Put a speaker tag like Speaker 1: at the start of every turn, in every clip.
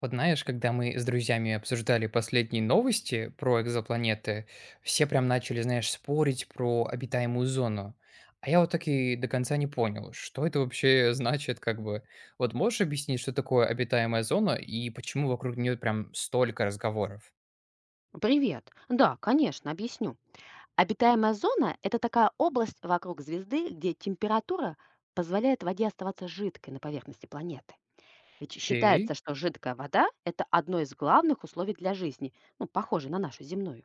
Speaker 1: Вот знаешь, когда мы с друзьями обсуждали последние новости про экзопланеты, все прям начали, знаешь, спорить про обитаемую зону. А я вот так и до конца не понял, что это вообще значит, как бы. Вот можешь объяснить, что такое обитаемая зона и почему вокруг нее прям столько разговоров?
Speaker 2: Привет. Да, конечно, объясню. Обитаемая зона– это такая область вокруг звезды, где температура позволяет воде оставаться жидкой на поверхности планеты. Ведь
Speaker 1: Окей,
Speaker 2: считается, что жидкая вода– это одно из главных условий для жизни, ну, похоже на нашу земную.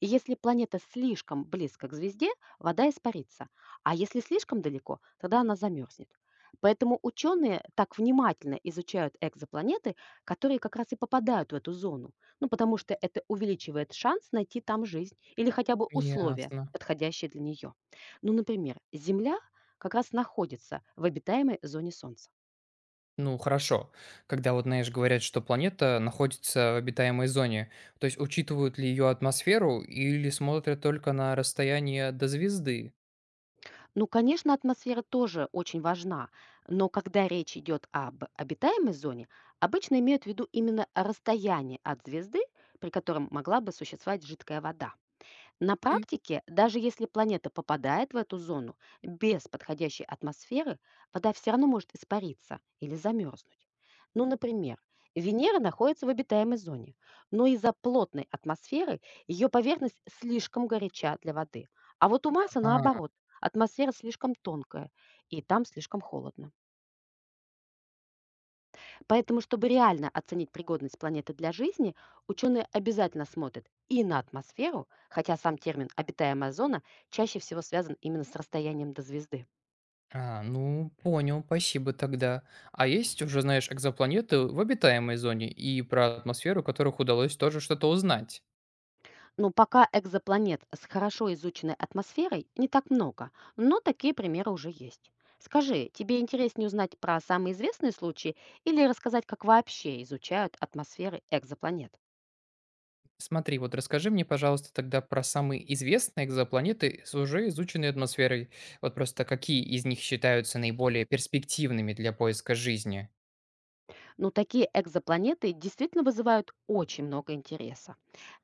Speaker 2: И если планета слишком близко к звезде, вода испарится, а если слишком далеко, тогда она замерзнет. Поэтому ученые так внимательно изучают экзопланеты, которые как раз и попадают в эту зону, ну потому что это увеличивает шанс найти там жизнь или хотя бы условия,
Speaker 1: ясно.
Speaker 2: подходящие для нее. Ну, например, Земля как раз находится в обитаемой зоне Солнца.
Speaker 1: Ну, хорошо. Когда вот, знаешь, говорят, что планета находится в обитаемой зоне, то есть учитывают ли ее атмосферу или смотрят только на расстояние до звезды?
Speaker 2: Ну, конечно, атмосфера тоже очень важна, но когда речь идет об обитаемой зоне, обычно имеют в виду именно расстояние от звезды, при котором могла бы существовать жидкая вода. На практике, даже если планета попадает в эту зону, без подходящей атмосферы вода все равно может испариться или замерзнуть. Ну, например, Венера находится в обитаемой зоне, но из-за плотной атмосферы ее поверхность слишком горяча для воды. А вот у Марса
Speaker 1: А,
Speaker 2: наоборот, атмосфера слишком тонкая, и там слишком холодно. Поэтому, чтобы реально оценить пригодность планеты для жизни, ученые обязательно смотрят и на атмосферу, хотя сам термин «обитаемая зона» чаще всего связан именно с расстоянием до звезды.
Speaker 1: а, ну, понял, спасибо тогда. А есть уже, знаешь, экзопланеты в обитаемой зоне и про атмосферу, которых удалось тоже что-то узнать.
Speaker 2: Но пока экзопланет с хорошо изученной атмосферой не так много, но такие примеры уже есть. Скажи, тебе интереснее узнать про самые известные случаи или рассказать, как вообще изучают атмосферы экзопланет?
Speaker 1: Смотри, вот расскажи мне, пожалуйста, тогда про самые известные экзопланеты с уже изученной атмосферой. Вот просто какие из них считаются наиболее перспективными для поиска жизни?
Speaker 2: Но такие экзопланеты действительно вызывают очень много интереса.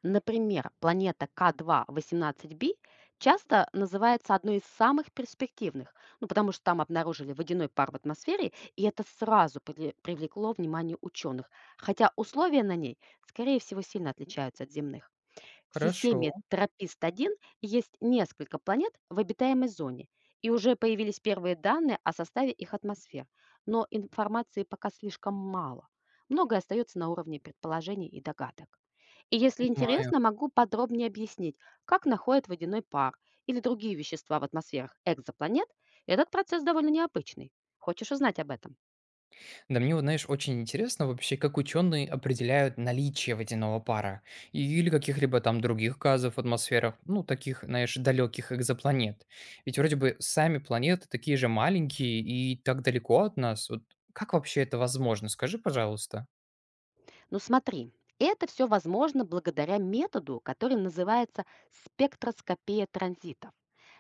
Speaker 2: Например, планета К2-18b часто называется одной из самых перспективных, ну, потому что там обнаружили водяной пар в атмосфере, и это сразу привлекло внимание ученых, хотя условия на ней, скорее всего, сильно отличаются от земных. В
Speaker 1: Хорошо,
Speaker 2: системе Тропист-1 есть несколько планет в обитаемой зоне, и уже появились первые данные о составе их атмосфер, но информации пока слишком мало. Многое остается на уровне предположений и догадок. И если
Speaker 1: понимаю.
Speaker 2: интересно, могу подробнее объяснить, как находят водяной пар или другие вещества в атмосферах экзопланет. Этот процесс довольно необычный. Хочешь узнать об этом?
Speaker 1: Да мне вот, знаешь, очень интересно вообще, как ученые определяют наличие водяного пара или каких-либо там других газов в атмосферах, ну, таких, знаешь, далеких экзопланет. Ведь вроде бы сами планеты такие же маленькие и так далеко от нас. Вот как вообще это возможно? Скажи, пожалуйста.
Speaker 2: Ну смотри, это все возможно благодаря методу, который называется спектроскопия транзитов.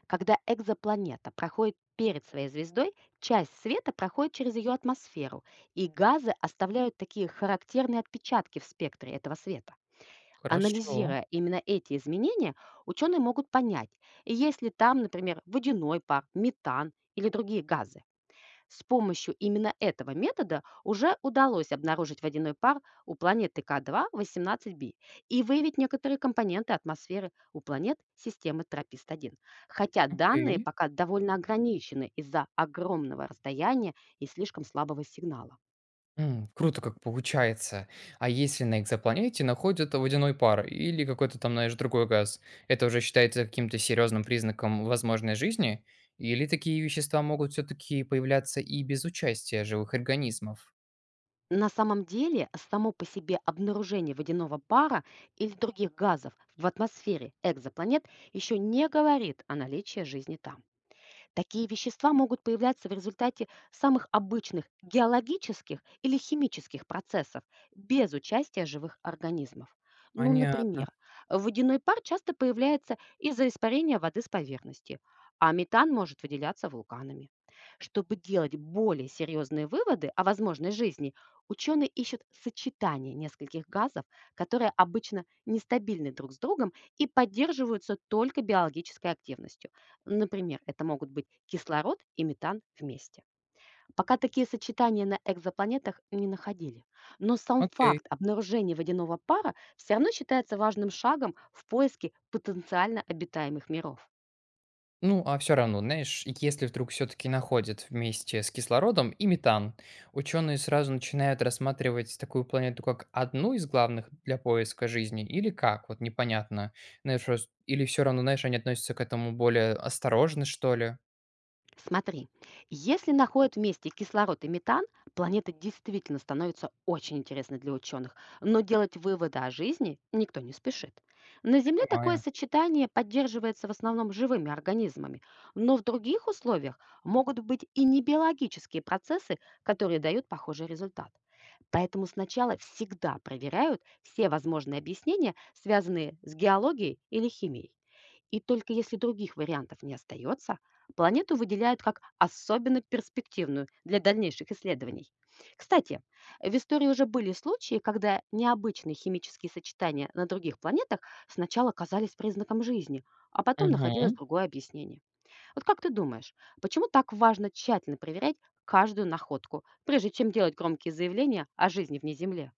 Speaker 2: Когда экзопланета проходит перед своей звездой, часть света проходит через ее атмосферу, и газы оставляют такие характерные отпечатки в спектре этого света.
Speaker 1: Хорошо,
Speaker 2: Анализируя именно эти изменения, ученые могут понять, есть ли там, например, водяной пар, метан или другие газы. С помощью именно этого метода уже удалось обнаружить водяной пар у планеты К2-18b и выявить некоторые компоненты атмосферы у планет системы Тропист-1. Хотя данные
Speaker 1: окей.
Speaker 2: пока довольно ограничены из-за огромного расстояния и слишком слабого сигнала.
Speaker 1: М, круто как получается. А если на экзопланете находят водяной пар или какой-то там, знаешь, другой газ, это уже считается каким-то серьезным признаком возможной жизни? Или такие вещества могут все-таки появляться и без участия живых организмов?
Speaker 2: На самом деле, само по себе обнаружение водяного пара или других газов в атмосфере экзопланет еще не говорит о наличии жизни там. Такие вещества могут появляться в результате самых обычных геологических или химических процессов без участия живых организмов. Ну,
Speaker 1: Понятно.
Speaker 2: например, водяной пар часто появляется из-за испарения воды с поверхности, а метан может выделяться вулканами. Чтобы делать более серьезные выводы о возможной жизни, ученые ищут сочетание нескольких газов, которые обычно нестабильны друг с другом и поддерживаются только биологической активностью. Например, это могут быть кислород и метан вместе. Пока такие сочетания на экзопланетах не находили. Но сам
Speaker 1: Окей.
Speaker 2: факт обнаружения водяного пара все равно считается важным шагом в поиске потенциально обитаемых миров.
Speaker 1: Ну, а все равно, знаешь, если вдруг все-таки находят вместе с кислородом и метан, ученые сразу начинают рассматривать такую планету как одну из главных для поиска жизни, или как, вот непонятно. Знаешь, или все равно, знаешь, они относятся к этому более осторожно, что ли?
Speaker 2: Смотри, если находят вместе кислород и метан, планета действительно становится очень интересной для ученых, но делать выводы о жизни никто не спешит. На Земле такое
Speaker 1: Понимаю.
Speaker 2: сочетание поддерживается в основном живыми организмами, но в других условиях могут быть и небиологические процессы, которые дают похожий результат. Поэтому сначала всегда проверяют все возможные объяснения, связанные с геологией или химией. И только если других вариантов не остается, планету выделяют как особенно перспективную для дальнейших исследований. Кстати, в истории уже были случаи, когда необычные химические сочетания на других планетах сначала казались признаком жизни, а потом находилось
Speaker 1: Мгм.
Speaker 2: другое объяснение. Вот как ты думаешь, почему так важно тщательно проверять каждую находку, прежде чем делать громкие заявления о жизни вне Земли?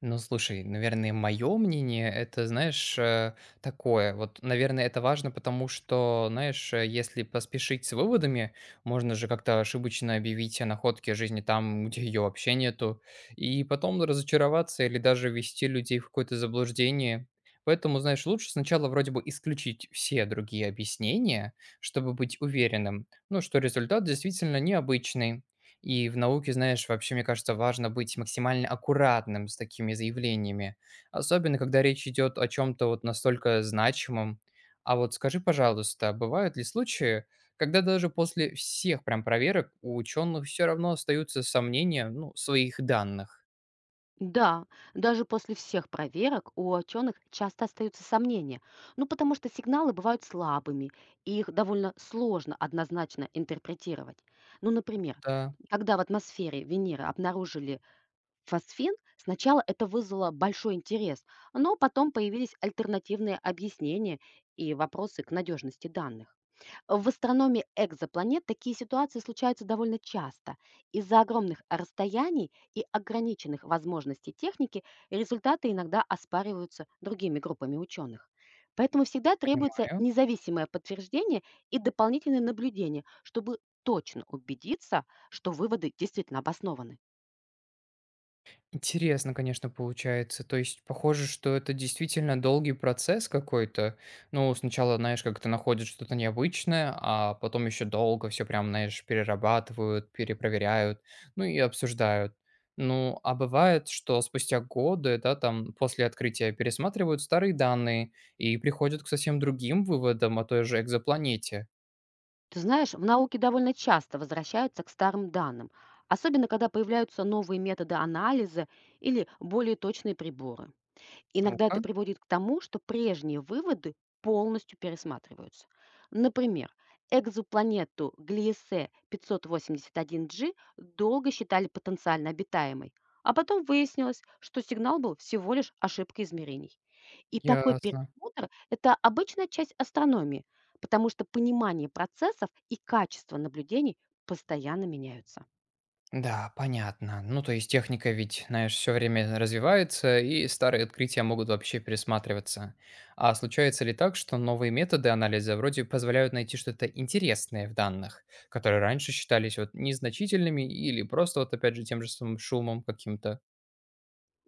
Speaker 1: Ну, слушай, наверное, мое мнение, это, знаешь, такое. Вот, наверное, это важно, потому что, знаешь, если поспешить с выводами, можно же как-то ошибочно объявить о находке жизни там, где ее вообще нету, и потом разочароваться или даже ввести людей в какое-то заблуждение. Поэтому, знаешь, лучше сначала вроде бы исключить все другие объяснения, чтобы быть уверенным, ну, что результат действительно необычный. И в науке, знаешь, вообще, мне кажется, важно быть максимально аккуратным с такими заявлениями, особенно когда речь идет о чем-то вот настолько значимом. А вот скажи, пожалуйста, бывают ли случаи, когда даже после всех прям проверок у ученых все равно остаются сомнения, ну, в своих данных?
Speaker 2: Да, даже после всех проверок у ученых часто остаются сомнения, ну потому что сигналы бывают слабыми, и их довольно сложно однозначно интерпретировать. Ну, например,
Speaker 1: Да,
Speaker 2: когда в атмосфере Венеры обнаружили Фосфин сначала это вызвало большой интерес, но потом появились альтернативные объяснения и вопросы к надежности данных. В астрономии экзопланет такие ситуации случаются довольно часто. Из-за огромных расстояний и ограниченных возможностей техники результаты иногда оспариваются другими группами ученых. Поэтому всегда требуется
Speaker 1: понимаю.
Speaker 2: независимое подтверждение и дополнительное наблюдение, чтобы точно убедиться, что выводы действительно обоснованы.
Speaker 1: Интересно, конечно, получается. То есть, похоже, что это действительно долгий процесс какой-то. Ну, сначала, знаешь, как ты находишь что-то необычное, а потом еще долго все прям, знаешь, перерабатывают, перепроверяют, ну и обсуждают. Ну, а бывает, что спустя годы, да, там, после открытия пересматривают старые данные и приходят к совсем другим выводам о той же экзопланете.
Speaker 2: Ты знаешь, в науке довольно часто возвращаются к старым данным, особенно когда появляются новые методы анализа или более точные приборы. Иногда это
Speaker 1: Ну-ка,
Speaker 2: приводит к тому, что прежние выводы полностью пересматриваются. Например, экзопланету Глиесе 581G долго считали потенциально обитаемой, а потом выяснилось, что сигнал был всего лишь ошибкой измерений. И такой
Speaker 1: ясно.
Speaker 2: пересмотр– это обычная часть астрономии, потому что понимание процессов и качество наблюдений постоянно меняются.
Speaker 1: Да, понятно. Ну, то есть техника ведь, знаешь, все время развивается, и старые открытия могут вообще пересматриваться. А случается ли так, что новые методы анализа вроде позволяют найти что-то интересное в данных, которые раньше считались вот незначительными или просто вот опять же тем же самым шумом каким-то?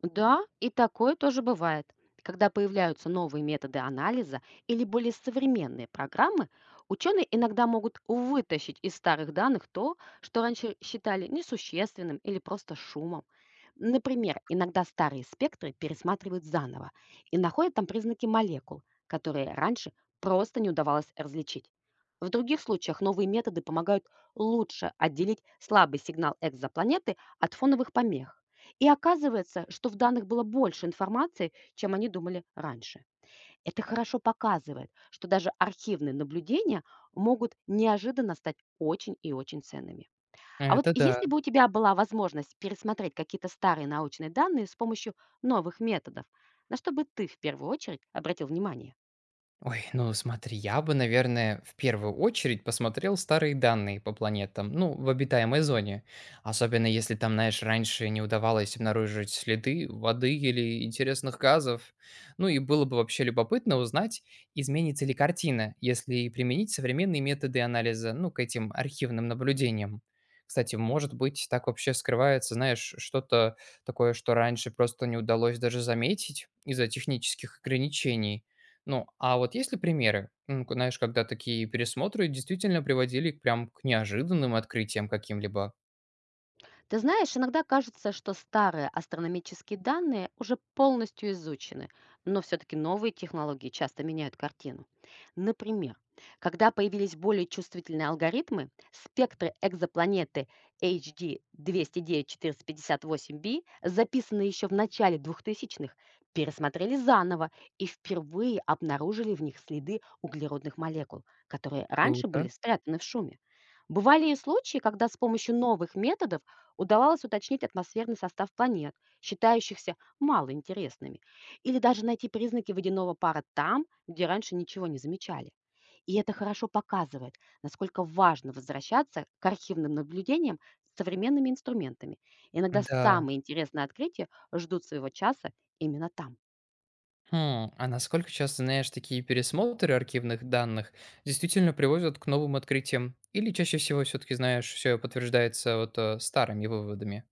Speaker 2: Да, и такое тоже бывает. Когда появляются новые методы анализа или более современные программы, ученые иногда могут вытащить из старых данных то, что раньше считали несущественным или просто шумом. Например, иногда старые спектры пересматривают заново и находят там признаки молекул, которые раньше просто не удавалось различить. В других случаях новые методы помогают лучше отделить слабый сигнал экзопланеты от фоновых помех. И оказывается, что в данных было больше информации, чем они думали раньше. Это хорошо показывает, что даже архивные наблюдения могут неожиданно стать очень и очень ценными. А вот
Speaker 1: Это да.
Speaker 2: если бы у тебя была возможность пересмотреть какие-то старые научные данные с помощью новых методов, на что бы ты в первую очередь обратил внимание?
Speaker 1: Ой, ну смотри, я бы, наверное, в первую очередь посмотрел старые данные по планетам, ну, в обитаемой зоне. Особенно если там, знаешь, раньше не удавалось обнаружить следы воды или интересных газов. Ну и было бы вообще любопытно узнать, изменится ли картина, если применить современные методы анализа, ну, к этим архивным наблюдениям. Кстати, может быть, так вообще скрывается, знаешь, что-то такое, что раньше просто не удалось даже заметить из-за технических ограничений. Ну, а вот есть ли примеры, м, к знаешь, когда такие пересмотры действительно приводили к прям к неожиданным открытиям каким-либо?
Speaker 2: Ты знаешь, иногда кажется, что старые астрономические данные уже полностью изучены, но все-таки новые технологии часто меняют картину. Например, когда появились более чувствительные алгоритмы, спектры экзопланеты HD 209-458b, записанные еще в начале двухтысячных, пересмотрели заново и впервые обнаружили в них следы углеродных молекул, которые раньше
Speaker 1: Круто.
Speaker 2: были спрятаны в шуме. Бывали и случаи, когда с помощью новых методов удавалось уточнить атмосферный состав планет, считающихся малоинтересными, или даже найти признаки водяного пара там, где раньше ничего не замечали. И это хорошо показывает, насколько важно возвращаться к архивным наблюдениям с современными инструментами. Иногда
Speaker 1: Да.
Speaker 2: самые интересные открытия ждут своего часа именно там.
Speaker 1: Хм, а насколько часто, знаешь, такие пересмотры архивных данных действительно приводят к новым открытиям? Или чаще всего все-таки, знаешь, все подтверждается вот старыми выводами?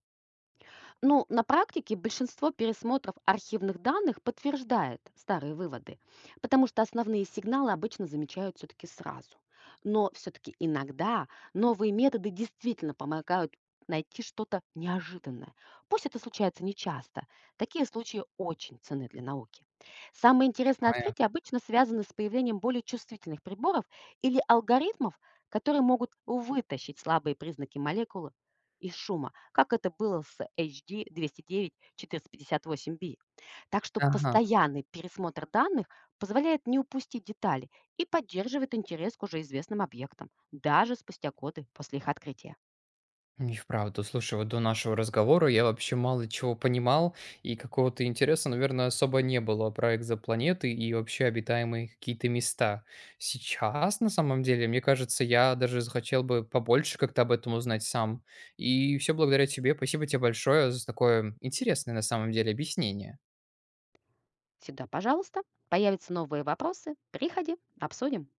Speaker 2: Ну, на практике большинство пересмотров архивных данных подтверждает старые выводы, потому что основные сигналы обычно замечают все-таки сразу. Но все-таки иногда новые методы действительно помогают найти что-то неожиданное. Пусть это случается нечасто. Такие случаи очень ценны для науки. Самые интересные
Speaker 1: Понимаю.
Speaker 2: открытия обычно связаны с появлением более чувствительных приборов или алгоритмов, которые могут вытащить слабые признаки молекулы из шума, как это было с HD 209-1458B. Так что
Speaker 1: Ага.
Speaker 2: постоянный пересмотр данных позволяет не упустить детали и поддерживает интерес к уже известным объектам, даже спустя годы после их открытия.
Speaker 1: И вправду, слушай, вот до нашего разговора я вообще мало чего понимал, и какого-то интереса, наверное, особо не было про экзопланеты и вообще обитаемые какие-то места. Сейчас, на самом деле, мне кажется, я даже захотел бы побольше как-то об этом узнать сам. И все благодаря тебе. Спасибо тебе большое за такое интересное, на самом деле, объяснение.
Speaker 2: Всегда, пожалуйста, появятся новые вопросы, приходи, обсудим.